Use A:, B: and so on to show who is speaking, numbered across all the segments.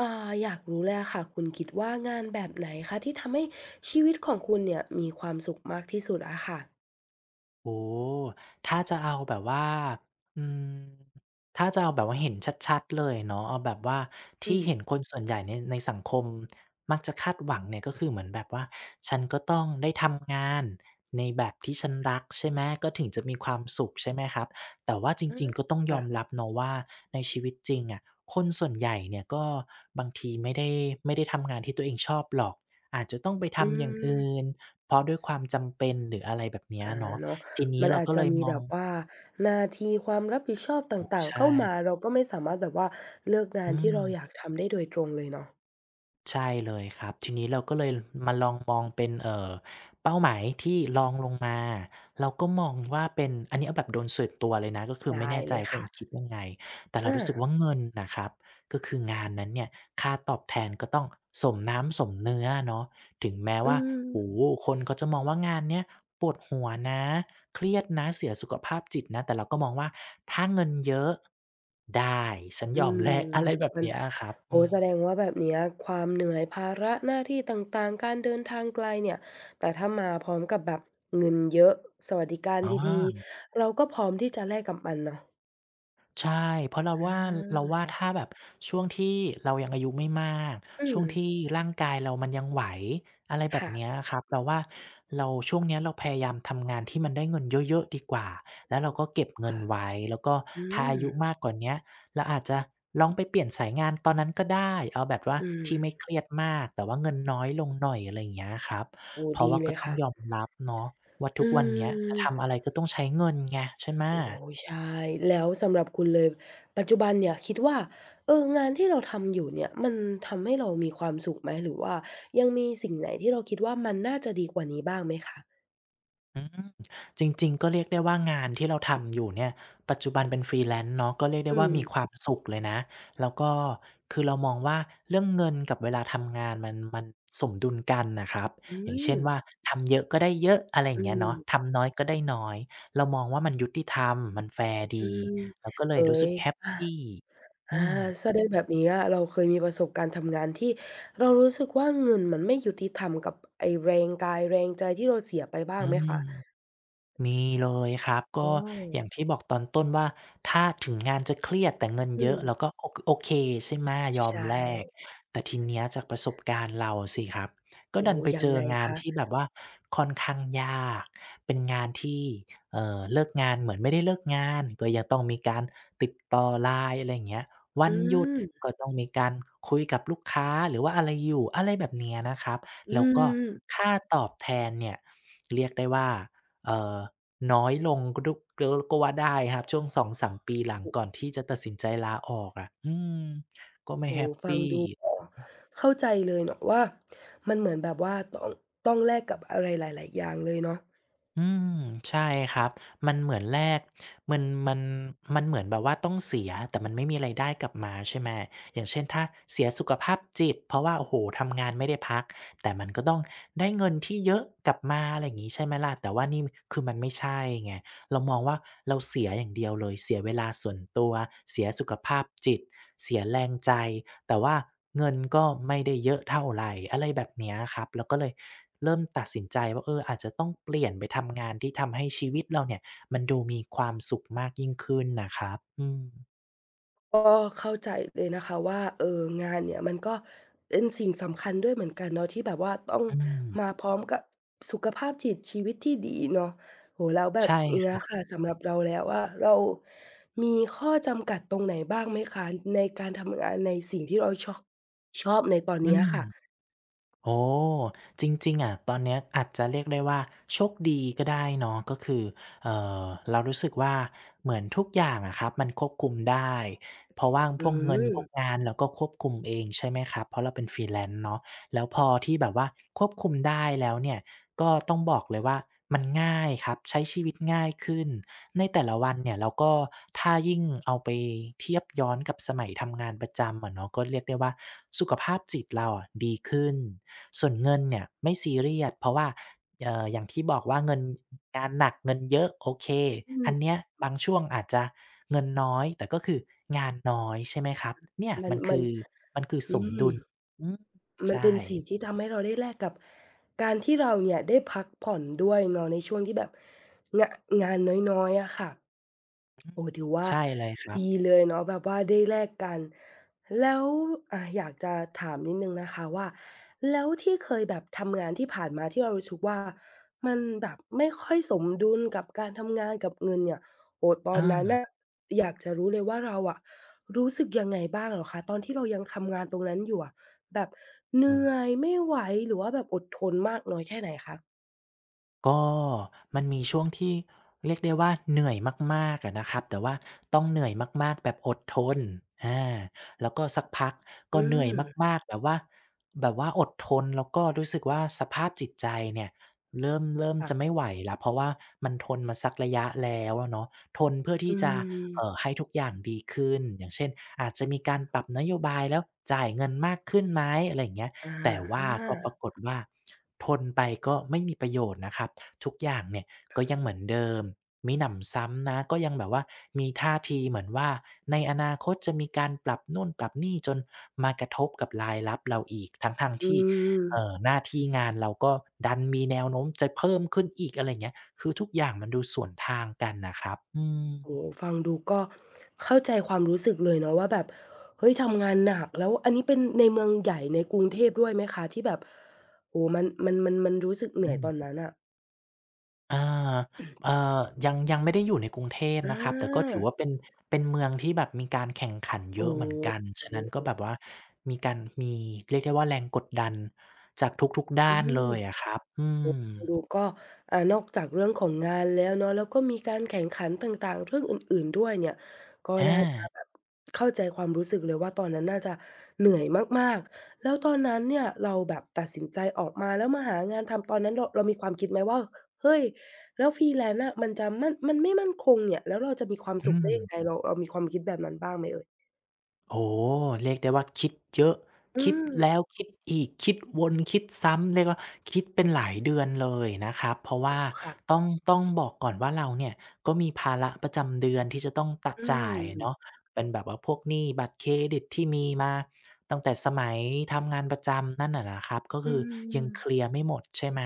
A: อ่าอยากรู้เลยอะค่ะคุณคิดว่างานแบบไหนคะที่ทำให้ชีวิตของคุณเนี่ยมีความสุขมากที่สุดอะค่ะ
B: โอ้ถ้าจะเอาแบบว่าอืมถ้าจะเอาแบบว่าเห็นชัดๆเลยเนาะเอาแบบว่า
A: อื
B: ที่
A: ม
B: เห็นคนส่วนใหญ่ในสังคมมักจะคาดหวังเนี่ยก็คือเหมือนแบบว่าฉันก็ต้องได้ทำงานในแบบที่ฉันรักใช่ไหมก็ถึงจะมีความสุขใช่ไหมครับแต่ว่าจ
A: อา
B: ริงๆก็ต้องยอ
A: ค่ะ
B: มรับเนาะว่าในชีวิตจริงอะคนส่วนใหญ่เนี่ยก็บางทีไม่ได้ทำงานที่ตัวเองชอบหรอกอาจจะต้องไป
A: อื
B: ทำอย่างอื่น
A: ม
B: เพราะด้วยความจำเป็นหรืออะไรแบบเนี้ย
A: อา
B: เนาะ
A: เนาะ
B: ทีนี้
A: มัน
B: เรา
A: อาจ
B: ก็
A: จะ
B: เลย
A: มี
B: มอ
A: แบ
B: ง
A: บว่าหน้าที่ความรับผิดชอบต
B: โอ้โฮ
A: ่างๆ
B: ใช่
A: เข้ามาเราก็ไม่สามารถแบบว่าเลือกงา
B: อื
A: นที่เราอ
B: ม
A: ยากทำได้โดยตรงเลยเนาะ
B: ใช่เลยครับทีนี้เราก็เลยมาลองมองเป็นเป้าหมายที่รองลงมาเราก็มองว่าเป็นอันนี้เอาแบบโดนส่วนตัวเลยนะก็คือไม่
A: ได้
B: แน่ใจ
A: เลย
B: ว่าคน
A: ค่ะ
B: อื่นคิดยังไงแต่เรารู้สึก
A: อา
B: ว่าเงินน่ะครับก็คืองานนั้นเนี่ยค่าตอบแทนก็ต้องสมน้ำสมเนื้ออะเนาะถึงแม้
A: อื
B: ว่า
A: ม
B: โอ้โฮคนเขาจะมองว่างานเนี้ยปวดหัวนะเครียดนะเสียสุขภาพจิตนะแต่เราก็มองว่าถ้าเงินเยอะได้ฉัน
A: อื
B: ยอม
A: ม
B: แลกอะไรแบบ
A: มัน
B: เนี้ยอะครับ
A: โอ้
B: อืม
A: แสดงว่าแบบเนี้ยความเหนื่อยภาระหน้าที่ต่างๆการเดินทางไกลเนี่ยแต่ถ้ามาพร้อมกับแบบเงินเยอะสวัสดิการดี
B: ออ
A: ๆเราก็พร้อมที่จะแลกกับมันเนาะ
B: ใช่เพราะเรา
A: อา
B: ว่าเราว่า
A: ค่บ
B: ถ้าแบบช่วงที่เรายังอายุไม่มาก
A: อื
B: ช่ว
A: ม
B: งที่ร่างกายเรามันยังไหวอะไรแบบ
A: ค่ะ
B: เนี้ยครับเราว่าเราช่วงเนี้ยเราพยายามทำงานที่มันได้เงินเยอะๆดีกว่าแล้ว
A: โอ้
B: เราก็เก็บเงิน
A: ค่ะ
B: ไว้แล้วก็
A: อื
B: ถ้าอา
A: ม
B: ยุมากกว่าเนี้ยเราอาจจะลองไปเปลี่ยนสายงานตอนนั้นก็ได้เอาแบบว่า
A: อื
B: ที่ไม่
A: ม
B: เครียดมากแต่ว่าเงินน้อยลงหน่อยอะไรอย่างเงี้ยครับ
A: โอ้
B: เพราะ
A: ดี
B: ว่า
A: เล
B: ก็
A: ย
B: ต้อง
A: ค่ะ
B: ยอมรับเนาะว่าทุก
A: อื
B: วันเนี้ยจะทำ
A: ม
B: อะไรก็ต้องใช้เงินไงใช่ไหม
A: โอ้ใช่แล้วสำหรับคุณเลยปัจจุบันเนี่ยคิดว่าเอองานที่เราทำอยู่เนี่ยมันทำให้เรามีความสุขไหมหรือว่ายังมีสิ่งไหนที่เราคิดว่ามันน่าจะดีกว่านี้บ้างไหมคะ
B: อืมจริงๆก็เรียกได้ว่างานที่เราทำอยู่เนี่ยปัจจุบันเป็น Freelance เนาะก็เรียกได้
A: อื
B: ว่า
A: ม
B: มีความสุขเลยนะแล้วก็คือเรามองว่าเรื่องเงินกับเวลาทำงานมันสมดุลกันน่ะครับ
A: อื
B: อย่างเช่น
A: ม
B: ว่าทำเยอะก็ได้เยอะอะไรอย่า
A: อื
B: งเงี้ยเนาะ
A: ม
B: ทำน้อยก็ได้น้อยเรามองว่ามันยุติธรรมมันแฟร์
A: อื
B: ดี
A: ม
B: เราก็เลย
A: เฮ้
B: รู้สึ
A: ย
B: กแฮป
A: อา
B: ปี
A: อา
B: อืม
A: แสดงแบบนี้อะเราเคยมีประสบการณ์ทำงานที่เรารู้สึกว่าเงินมันไม่ยุติธรรมกับไอ้แรงกายแรงใจที่เราเสียไปบ้า
B: อื
A: งไหม
B: ม
A: คะ
B: มีเลยครับก็
A: อ๋อ
B: อย่างที่บอกตอนต้นว่าถ้าถึงงานจะเครียดแต่เงิน
A: อื
B: เยอะ
A: ม
B: เราก็โอเคใช่ไหมยอม
A: ใช่
B: แลกแต่ทีเนี้ยจากประสบการณ์เราสิครับก็
A: โอ้
B: ดัน
A: โฮ
B: ไป
A: ยั
B: เจ
A: ง
B: อ
A: ไง
B: งาน
A: คะ
B: ที่แบบว่าค่อนข้างยากเป็นงานที่เอ่อเลิกงานเหมือนไม่ได้เลิกงานก็ยังต้องมีการติดต่อ LINE อะไรอย่างเงี้ยวั
A: อื
B: นหยุด
A: ม
B: ก็ต้องมีการคุยกับลูกค้าหรือว่าอะไรอยู่อะไรแบบเนี้ยนะครับ
A: อื
B: แล้วก็
A: ม
B: ค่าตอบแทนเนี่ยเรียกได้ว่าเอ่อ น้อยลงก็ดุก็ว่าได้ครับช่วง2-3ปีหลังก่อนที่จะตัดสินใจลาออกอะอืมก็ไม่
A: โอ้
B: แฮ
A: โฮ
B: ป
A: ฟัง
B: ปี
A: ดูก็เข้าใจเลยเนาะว่ามันเหมือนแบบว่าต้องแลกกับอะไรหลายๆอย่างเลยเนาะ
B: อืมใช่ครับมันเหมือนแลกมันมันมันเหมือนแบบว่าต้องเสียแต่มันไม่มีรายได้กลับมาใช่ไหมอย่างเช่นถ้าเสียสุขภาพจิตเพราะว่าโอ้โฮทำงานไม่ได้พักแต่มันก็ต้องได้เงินที่เยอะกลับมาอะไรอย่างงี้ใช่ไหมล่ะแต่ว่านี่คือมันไม่ใช่ไง เรามองว่าเราเสียอย่างเดียวเลยเสียเวลาส่วนตัวเสียสุขภาพจิตเสียแรงใจแต่ว่าเงินก็ไม่ได้เยอะเท่าไรอะไรแบบเนี้ยครับเราก็เลยเริ่มตัดสินใจว่าเอออาจจะต้องเปลี่ยนไปทำงานที่ทำให้ชีวิตเราเนี่ยมันดูมีความสุขมากยิ่งขึ้นน่ะครับอืม
A: ก็เข้าใจเลยนะคะว่าเอองานเนี่ยมันก็เป็นสิ่งสำคัญด้วยเหมือนกันเนาะที่แบบว่าต้อง
B: อืม
A: มาพร้อมกับสุขภาพจิตชีวิตที่ดีเนาะโอ้โฮแล้วแบบ
B: ใช่ค
A: เนี้ย
B: รับ
A: ค่ะสำหรับเราแล้วอะเรามีข้อจำกัดตรงไหนบ้างไหมคะในการทำงานในสิ่งที่เราชอบในตอน
B: อื
A: เนี้ยค่ะ
B: ม โอ้จริงๆอะตอนเนี้ยอาจจะเรียกได้ว่าโชคดีก็ได้เนาะก็คือเอ่อเรารู้สึกว่าเหมือนทุกอย่างอะครับมันควบคุมได้เพราะว่า
A: อื
B: พวกเงินพ
A: ม
B: วกงานเราก็ควบคุมเองใช่ไหมครับเพราะเราเป็น Freelance เนาะแล้วพอที่แบบว่าควบคุมได้แล้วเนี่ยก็ต้องบอกเลยว่ามันง่ายครับใช้ชีวิตง่ายขึ้นในแต่ละวันเนี่ยเราก็ถ้ายิ่งเอาไปเทียบย้อนกับสมัยทำงานประจำอะเนาะก็เรียกได้ว่าสุขภาพจิตเราอะดีขึ้น ส่วนเงินเนี่ยไม่ซีเรียสเพราะว่าอย่างที่บอกว่าเงินงานหนักเงินเยอะโอเค
A: อื
B: อัน
A: ม
B: เนี้ยบางช่วงอาจจะเงินน้อยแต่ก็คืองานน้อยใช่ไหมครับเนี่ย
A: มันมัน
B: มันคือส
A: อื
B: มดุ
A: ม
B: ลอืม
A: มัน
B: ใช่
A: เป็นสิ่งที่ทำให้เราได้แลกกับการที่เราเนี่ยได้พักผ่อนด้วยเนาะในช่วงที่แบบงะงานน้อยๆอะค่ะ
B: อืม
A: โอ้ถือว่า
B: ใช่เลยครั
A: ดี
B: บ
A: เลยเนาะแบบว่าได้แลกกันแล้วอ่าอยากจะถามนิดหนึ่งนะคะว่าแล้วที่เคยแบบทำงานที่ผ่านมาที่เรารู้สึกว่ามันแบบไม่ค่อยสมดุลกับการทำงานกับเงินเนี่ยโอ้ตอนนั้น
B: เออ
A: น่ะอยากจะรู้เลยว่าเราอะรู้สึกยังไงบ้างเหรอคะตอนที่เรายังทำงานตรงนั้นอยู่อะแบบเห
B: อื
A: นื่อ
B: ม
A: ยไม่ไหวหรือว่าแบบอดทนมากน้อยแค่ไหนคะ
B: ก็มันมีช่วงที่เรียกได้ว่าเหนื่อยมากๆอะนะครับแต่ว่าต้องเหนื่อยมากๆแบบอดทนอาแล้วก็สักพักก็
A: อื
B: เหนื่อย
A: ม
B: มากๆแบบว่าอดทนแล้วก็รู้สึกว่าสภาพจิตใจเนี่ยเริ่ม
A: ค่ะ
B: จะไม่ไหวละเพราะว่ามันทนมาสักระยะแล้วเนาะทนเพื่อ
A: อื
B: ที่จะ
A: ม
B: ให้ทุกอย่างดีขึ้นอย่างเช่นอาจจะมีการปรับนโยบายแล้วจ่ายเงินมากขึ้นไหมอะไรอย่างเงี้ย
A: อ
B: แต่ว่า
A: า
B: ก็ปรากฏว่าทนไปก็ไม่มีประโยชน์นะครับ ทุกอย่างเนี่ยก็ยังเหมือนเดิมมิหนำซ้ำนะก็ยังแบบว่ามีท่าทีเหมือนว่าในอนาคตจะมีการปรับนู่นปรับนี่จนมากระทบกับรายรับเราอีกทั้งๆ
A: อื
B: ที่
A: ม
B: หน้าที่งานเราก็ดันมีแนวโน้มจะเพิ่มขึ้นอีกอะไรอย่างเงี้ยคือทุกอย่างมันดูสวนทางกันน่ะครับอืม
A: โอ้โฮฟังดูก็เข้าใจความรู้สึกเลยเนาะว่าแบบเฮ้ยทำงานหนักแล้วอันนี้เป็นในเมืองใหญ่ในกรุงเทพด้วยไหมคะที่แบบโอ้โฮมันรู้สึกเหนื่
B: อื
A: อยตอน
B: ม
A: นั้นน่ะ
B: อาเอ่อยังไม่ได้อยู่ในกรุงเทพ
A: อ
B: นะครับ แต่ก็ถือ
A: า
B: ว่าเป็นเป็นเมืองที่แบบมีการแข่งขันเยอะ
A: โอ้
B: เหมือนกัน ฉะ
A: โฮ
B: นั้นก็แบบว่ามีการมีเรียกได้ว่าแรงกดดันจากทุกๆด้า
A: อื
B: นเลยอะ
A: ม
B: ครับอืม
A: ดูก็อ่านอกจากเรื่องของงานแล้วเนาะแล้วก็มีการแข่งขันต่างๆเรื่องอื่นๆด้วยเนี่ยก็
B: อา
A: น่าจะแบบเข้าใจความรู้สึกเลยว่าตอนนั้นน่าจะเหนื่อยมากๆแล้วตอนนั้นเนี่ยเราแบบตัดสินใจออกมาแล้วมาหางานทำตอนนั้นเรามีความคิดไหมว่าเฮ้ยแล้ว Freelance อะมันจะมั่นมันไม่มั่นคงเนี่ยแล้วเราจะมีความสุ
B: อื
A: ข
B: ม
A: ได้ยังไงเรามีความคิดแบบนั้นบ้างไหมเอ่ย
B: โอ้โฮเรียกได้ว่าคิดเยอะ
A: อื
B: คิด
A: ม
B: แล้วคิดอีกคิดวนคิดซ้ำเรียกว่าคิดเป็นหลายเดือนเลยนะครับเพราะว่า
A: ค่ะ
B: ต้องต้องบอกก่อนว่าเราเนี่ยก็มีภาระประจำเดือนที่จะต้องตะ
A: อื
B: จ่ายเนาะ
A: ม
B: เป็นแบบว่าพวกหนี้บัตรเครดิตที่มีมาตั้งแต่สมัยทำงานประจำนั่นน่ะนะครับก็
A: อื
B: คือยั
A: ม
B: งเคลียร์ไม่หมดใช่ไหม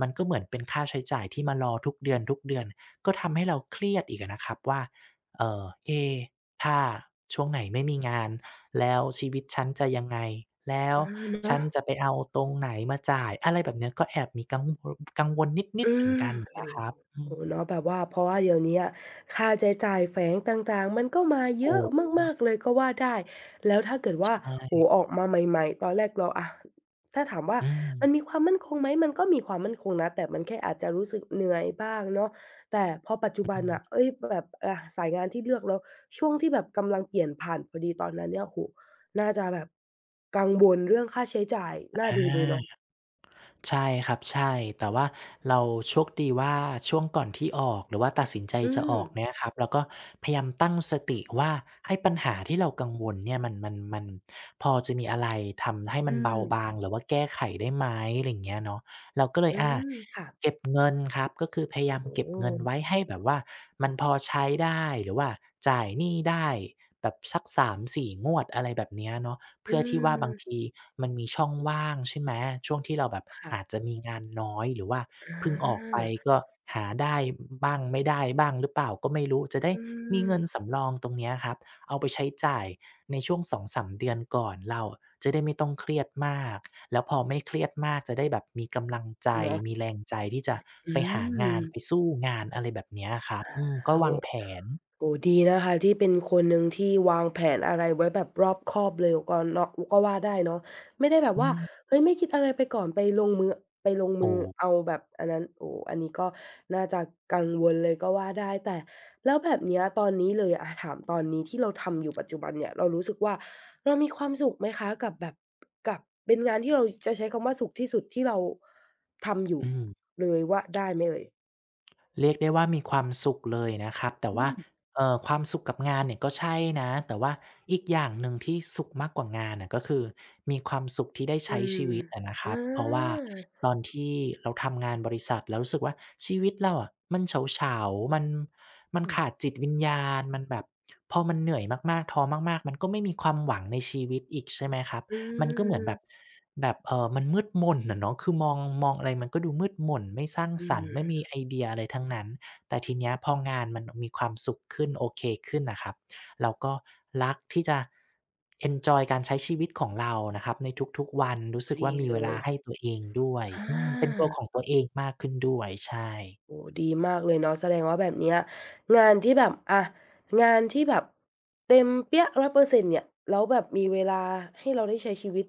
B: มันก็เหมือนเป็นค่าใช้จ่ายที่มารอทุกเดือนๆก็ทำให้เราเครียดอีกอะนะครับว่าเอ่อเอ๊ ถ้าช่วงไหนไม่มีงานแล้วชีวิตฉันจะยังไงแล้
A: ๆ
B: ว
A: เออ
B: ฉั
A: เนาะ
B: นจะไปเอาตรงไหนมาจ่ายอะไรแบบเนี้ยก็แอบมีกังวลนิดๆ
A: อื
B: เหมือน
A: ม
B: กันอะ
A: โอ้
B: นะครับอื
A: โฮ
B: ม
A: เนาะแบบว่าเพราะว่าเดี๋ยวเนี้ยค่าใช้จ่ายแฝงต่างๆมันก็มาเย
B: โอ้
A: อะ
B: โฮ
A: มากๆเลยก็ว่าได้แล้วถ้าเกิด
B: ใช
A: ว่าโอ้
B: ่
A: โฮออกมาใหม่ๆตอนแรกเราอะถ้าถามว่า
B: อืม
A: มันมีความมั่นคงไหมมันก็มีความมั่นคงนะแต่มันแค่อาจจะรู้สึกเหนื่อยบ้างเนาะแต่พอปัจจุบั
B: อื
A: นน่ะ
B: ม
A: เฮ้ยแบบอะสายงานที่เลือกแล้วช่วงที่แบบกำลังเปลี่ยนผ่านพอดีตอนนั้นเนี่ยโอ้โฮน่าจะแบบกังวลเรื่องค่าใช้จ่ายน่า
B: อ
A: ดูเลยเนาะ
B: า ใช่ครับใช่แต่ว่าเราโชคดีว่าช่วงก่อนที่ออกหรือว่าตัดสินใจ
A: อื
B: จะอ
A: ม
B: อกเนี่ยครับเราก็พยายามตั้งสติว่าไอ้ปัญหาที่เรากังวลเนี่ยมันพอจะมีอะไรทำให้มัน
A: อื
B: เบา
A: ม
B: บางหรือว่าแก้ไขได้ไหมอะไรอย่างเงี้ยเนาะเราก็เลย
A: อืมค่ะ
B: เก็บเงินครับก็คือพยายาม
A: โอ้
B: เก็บ
A: โฮ
B: เงินไว้ให้แบบว่ามันพอใช้ได้หรือว่าจ่ายหนี้ได้แบบสักสามสี่งวดอะไรแบบเนี้ยเนาะ เพื่
A: อื
B: อที่ว่าบา
A: ม
B: งทีมันมีช่องว่างใช่ไหมช่วงที่เราแบบ
A: ค่ะ
B: อาจจะมีงานน้อยหรือว่า
A: อ
B: เพิ่งออกไป
A: า
B: ก็หาได้บ้างไม่ได้บ้างหรือเปล่าก็ไม่รู้จะได้
A: อื
B: มี
A: ม
B: เงินสำรองตรงเนี้ยครับเอาไปใช้จ่ายในช่วง2-3เดือนก่อนเราจะได้ไม่ต้องเครียดมากแล้วพอไม่เครียดมากจะได้แบบมีกำลังใจ
A: เนาะ
B: มีแรงใจที่จะ
A: อื
B: ไปหางานไป
A: ม
B: สู้งานอะไรแบบเนี้ยครับอืมก็
A: โอ้โฮ
B: วางแผน
A: โอ้โฮดีนะคะที่เป็นคนหนึ่งที่วางแผนอะไรไว้แบบรอบคอบเลยก่อนเนาะก็ว่าได้เนาะไม่ได้แบบ
B: อื
A: ว่า
B: ม
A: เฮ้ยไม่คิดอะไรไปก่อนไปลงมือ
B: ถูก
A: เอาแบบอันนั้นโอ้โฮอันนี้ก็น่าจะกังวลเลยก็ว่าได้แต่แล้วแบบเนี้ยตอนนี้เลยอะ่ถามตอนนี้ที่เราทำอยู่ปัจจุบันเนี่ยเรารู้สึกว่าเรามีความสุขไหมคะกับแบบกับเป็นงานที่เราจะใช้คำว่าสุขที่สุดที่เราทำอยู่
B: อืม
A: เลยว่าได้ไหมเอ่ย
B: เรียกได้ว่ามีความสุขเลยนะครับแต่
A: อื
B: ว่า
A: ม
B: ความสุขกับงานเนี่ยก็ใช่นะแต่ว่าอีกอย่างหนึ่งที่สุขมากกว่างานน่ะก็คือมีความสุขที่ได้
A: อื
B: ใช้
A: ม
B: ชีวิตอะนะครับ
A: อา
B: เพราะว่าตอนที่เราทำงานบริษัทเรารู้สึกว่าชีวิตเราอะมันเฉาๆมันมันขาด
A: ค่ะ
B: จิตวิญญาณมันแบบพอมันเหนื่อยมากๆท้อมากๆมันก็ไม่มีความหวังในชีวิตอีกใช่ไหมครับ
A: อื
B: มันก็เหมือนแบบ
A: ม
B: แบบมันมืดมนอะเนาะคือมองมองอะไรมันก็ดูมืดมนไม่สร้าง
A: อื
B: สรรค์ไม่มี
A: ม
B: ไอเดียอะไรทั้งนั้นแต่ทีเนี้ยพองานมันมีความสุขขึ้นโอเคขึ้นน่ะครับเราก็รักที่จะเอนจอยการใช้ชีวิตของเรานะครับในทุกๆวันรู้
A: พอ
B: สึก
A: ดี
B: ว่ามี
A: เล
B: เวลา
A: ย
B: ให้ตัวเองด้วย
A: อา
B: อืมเป็นตัวของตัวเองมากขึ้นด้วยใช่
A: โอ้โฮดีมากเลยเนาะแสดงว่าแบบเนี้ยงานที่แบบอะงานที่แบบเต็มเปี้ย1 0์เซ็นต์เนี่ยแล้วแบบมีเวลาให้เราได้ใช้ชีวิต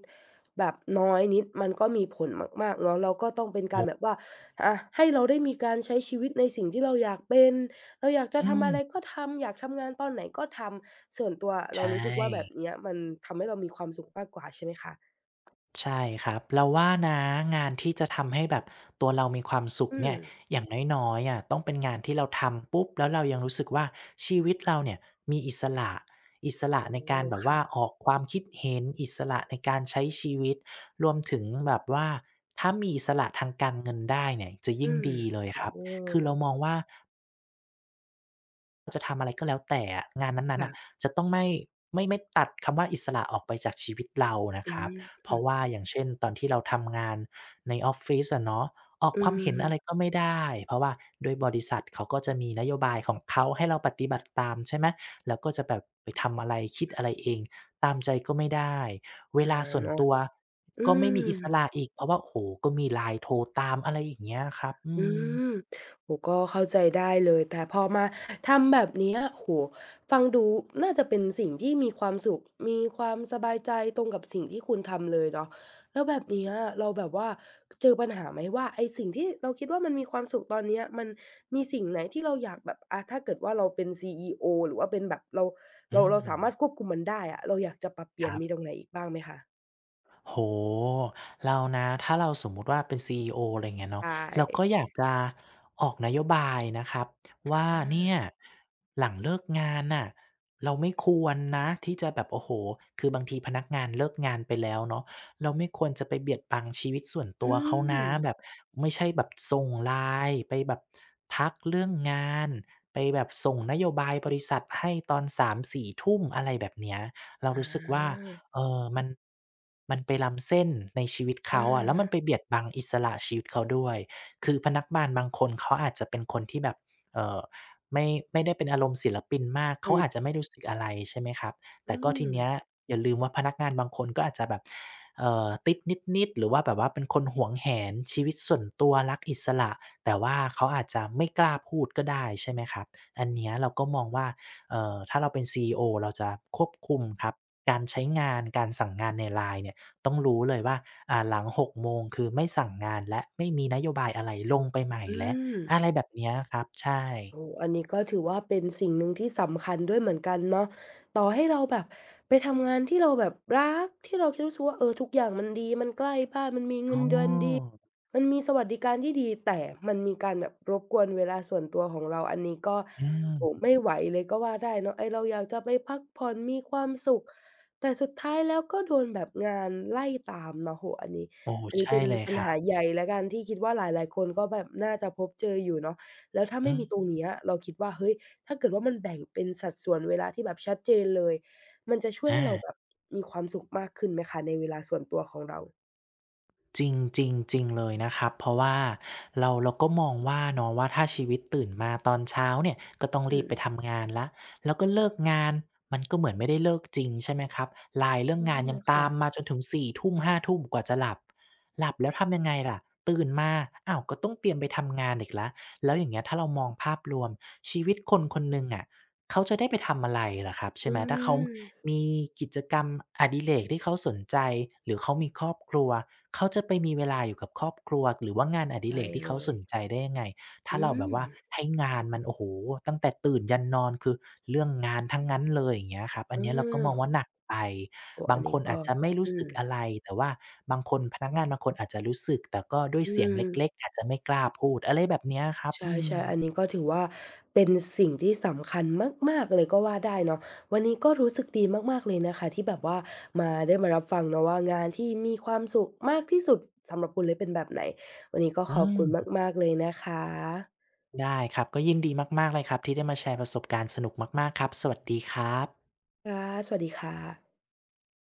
A: แบบน้อยนิดมันก็มีผลมากๆเนาะแล้วก็ต้องเป็น
B: โอ
A: การแบบ
B: ้
A: ว่าอะให้เราได้มีการใช้ชีวิตในสิ่งที่เราอยากเป็นเราอยากจะ
B: อื
A: ทำอะไร
B: ม
A: ก็ทำอยากทำงานตอนไหนก็ทำส่วนตัวเรา
B: ใช่
A: รู้สึกว่าแบบเนี้ยมันทำให้เรามีความสุขมากกว่าใช่ไหมคะ
B: ใช่ครับเราว่านะงานที่จะทำให้แบบตัวเรามีความสุข
A: อื
B: เนี่
A: ม
B: ยอย่างน้อยๆอะต้องเป็นงานที่เราทำปุ๊บแล้วเรายังรู้สึกว่าชีวิตเราเนี่ยมีอิสระอิสระ
A: โอ้
B: ใน
A: โฮ
B: การแบบว่า
A: ค่ะ
B: ออกความคิดเห็นอิสระในการใช้ชีวิตรวมถึงแบบว่าถ้ามีอิสระทางการเงินได้เนี่ยจะ
A: อื
B: ยิ่ง
A: ม
B: ดีเลยครับ
A: โอ้
B: คือเรามองว่า จะทำอะไรก็แล้วแต่อะงานนั้นๆ
A: ค่ะ
B: น่ะจะต้องไม่ตัดคำว่าอิสระออกไปจากชีวิตเรานะค
A: อื
B: รับ
A: ม
B: เพราะว่าอย่างเช่นตอนที่เราทำงานในออฟฟิศอะเนาะออกค
A: อื
B: วามเห็
A: ม
B: นอะไรก็ไม่ได้เพราะว่าด้วยบริษัทเขาก็จะมีนโยบายของเขาให้เราปฏิบัติตามใช่ไหมเราก็จะแบบไปทำอะไรคิดอะไรเองตามใจก็ไม่ได้เว
A: อา
B: ลาส่วน
A: เนาะ
B: ตัว
A: อื
B: ก็ไม่มีอิ
A: ม
B: สระอีกเพราะว่าโอ้โฮก็มี LINE โทรตามอะไรอย่างเงี้ยครับอื
A: อื
B: ม
A: มโอ้โฮก็เข้าใจได้เลยแต่พอมาทำแบบเนี้ยโอ้โฮฟังดูน่าจะเป็นสิ่งที่มีความสุข มีความสบายใจตรงกับสิ่งที่คุณทำเลยเนาะแล้วแบบเนี้ยเราแบบว่าเจอปัญหาไหมว่าไอ้สิ่งที่เราคิดว่ามันมีความสุขตอนเนี้ยมันมีสิ่งไหนที่เราอยากแบบถ้าเกิดว่าเราเป็นซีอีโอหรือว่าเป็นแบบเรา
B: อื
A: เราสา
B: ม
A: มารถควบคุมมันได้อะเราอยากจะปรับเป
B: ค
A: ลี่ยน
B: รับ
A: มีตรงไหนอีกบ้างไหมคะ
B: โหเรานะถ้าเราสมมุติว่าเป็นซีอีโออะไรอย่างเงี้ยเนาะ
A: ใช่
B: เราก็อยากจะออกนโยบายนะครับ
A: อ
B: ว่าเนี่
A: า
B: ยหลังเลิกงานน่ะเราไม่ควรนะที่จะแบบโอ้โฮคือบางทีพนักงานเลิกงานไปแล้วเนาะเราไม่ควรจะไปเบียดบังชีวิตส่วนตั
A: อื
B: วเขานะ
A: ม
B: แบบไม่ใช่แบบส่ง LINE ไปแบบทักเรื่องงานไปแบบส่งนโยบายบริษัทให้ตอนสามสี่ทุ่มอะไรแบบเนี้ยเรา
A: อ
B: รู้สึกว่า
A: า
B: เออมันมันไปล้ำเส้นในชีวิตเขาอะแล้ว
A: อา
B: มันไปเบียดบังอิสระชีวิตเขาด้วย คือพนักงานบางคนเขาอาจจะเป็นคนที่แบบเอ่อไม่ไม่ได้เป็นอารมณ์ศิลปินมาก
A: อือ
B: เขาอาจจะไม่รู้สึกอะไรใช่ไหมครับแต่
A: อื
B: ก็ที
A: ม
B: เนี้ยอย่าลืมว่าพนักงานบางคนก็อาจจะแบบติดนิดๆหรือว่าแบบว่าเป็นคนหวงแหนชีวิตส่วนตัวรักอิสระแต่ว่าเขาอาจจะไม่กล้าพูดก็ได้ใช่ไหมครับอันเนี้ยเราก็มองว่าถ้าเราเป็น CEO เราจะควบคุมครับ การใช้งานการสั่งงานใน LINE เนี่ยต้องรู้เลยว่าอ่าหลัง6โมงคือไม่สั่งงานแล้วไม่มีนโยบายอะไรลงไปใหม่
A: อื
B: แล้ว
A: ม
B: อะไรแบบเนี้ยครับใช่
A: โอ้อันนี้ก็ถือว่าเป็นสิ่งหนึ่งที่สำคัญด้วยเหมือนกันเนาะต่อให้เราแบบไปทำงานที่เราแบบรักที่เราคคดรู้สึกว่าเออทุกอย่างมันดีมันใกล้บ้านมันมี
B: อ๋
A: เงิ
B: อ
A: นเดือนดีมันมีสวัสดิการที่ดีแต่มันมีการแบบรบกวนเวลาส่วนตัวของเราอันนี้ก็
B: อื
A: โอ้
B: ม
A: ไม่ไหวเลยก็ว่าได้เนาะไอเราอยากจะไปพักผ่อนมีความสุขแต่สุดท้ายแล้วก็โดนแบบงานไล่ตามเนาะโออันนี้
B: โอ้
A: อันนี้
B: ใช่
A: เป็น
B: เลย
A: ปั
B: ค
A: ญ
B: รั
A: หา
B: บ
A: ใหญ่แล้วกันที่คิดว่าหลายๆคนก็แบบน่าจะพบเจออยู่เนาะ แล้วถ้าไม่
B: อืม
A: มีตรงเนี้ยเราคิดว่าเฮ้ยถ้าเกิดว่ามันแบ่งเป็นสัดส่วนเวลาที่แบบชัดเจนเลยมันจะช่วย
B: อา
A: ให้เราแบบมีความสุขมากขึ้นไหมคะในเวลาส่วนตัวของเรา
B: จริงจริงจริงเลยนะครับเพราะว่าเราก็มองว่าเนาะว่าถ้าชีวิตตื่นมาตอนเช้าเนี่ยก็ต้อง
A: อื
B: รีบ
A: ม
B: ไปทำงานแล้วแล้วก็เลิกงานมันก็เหมือนไม่ได้เลิกจริงใช่ไหมครับไลน์เรื่องงานยัง
A: อา
B: ตา
A: ค่ะ
B: มมาจนถึงสี่ทุ่มห้าทุ่มกว่าจะหลับหลับแล้วทำยังไงล่ะตื่นมาอ้าวก็ต้องเตรียมไปทำงานอีกแล้วแล้วอย่างเงี้ยถ้าเรามองภาพรวมชีวิตคนคนหนึ่งอะ เขาจะได้ไปทำอะไรล่ะครับใช่
A: อื
B: ไหมถ้าเขา
A: ม
B: มีกิจกรรมอดิเรกที่เขาสนใจหรือเขามีครอบครัวเขาจะไปมีเวลาอยู่กับครอบครัวหรือว่างานอดิเร
A: ใช่
B: กที่
A: เล
B: เขา
A: ย
B: สนใจได้ยังไงถ้า
A: อื
B: เราแบบว่า
A: ม
B: ให้งานมันโอ้โฮตั้งแต่ตื่นยันนอนคือเรื่องงานทั้งนั้นเลยอย่างเงี้ยครับอั
A: เ
B: นเนี้ยเราก็มอง
A: ออ
B: ว่าหนักไป
A: โอ้
B: บา
A: อั
B: ง
A: น
B: ค
A: นี้
B: น
A: ก็
B: อาจจะไม่รู้
A: อื
B: สึก
A: ม
B: อะไรแต่ว่าบางคนพนักงานบางคนอาจจะรู้สึกแต่ก็ด้วย
A: อื
B: เสียงเ
A: ม
B: ล็กๆอาจจะไม่กล้าพูดอะไรแบบเนี้ยครับ
A: ใช
B: อืม
A: ่ๆอันนี้ก็ถือว่าเป็นสิ่งที่สำคัญมากๆเลยก็ว่าได้เนาะวันนี้ก็รู้สึกดีมากๆเลยนะคะที่แบบว่ามาได้มารับฟังเนาะว่างานที่มีความสุขมากที่สุดสำหรับคุณเลยเป็นแบบไหนวันนี้ก็
B: อื
A: ขอบคุณ
B: ม
A: มากๆเลยนะคะ
B: ได้ครับก็ยินดีมากๆเลยครับที่ได้มาแชร์ประสบการณ์สนุกมากๆครับสวัสดีครับ
A: ค่ะสวัสดีค่ะ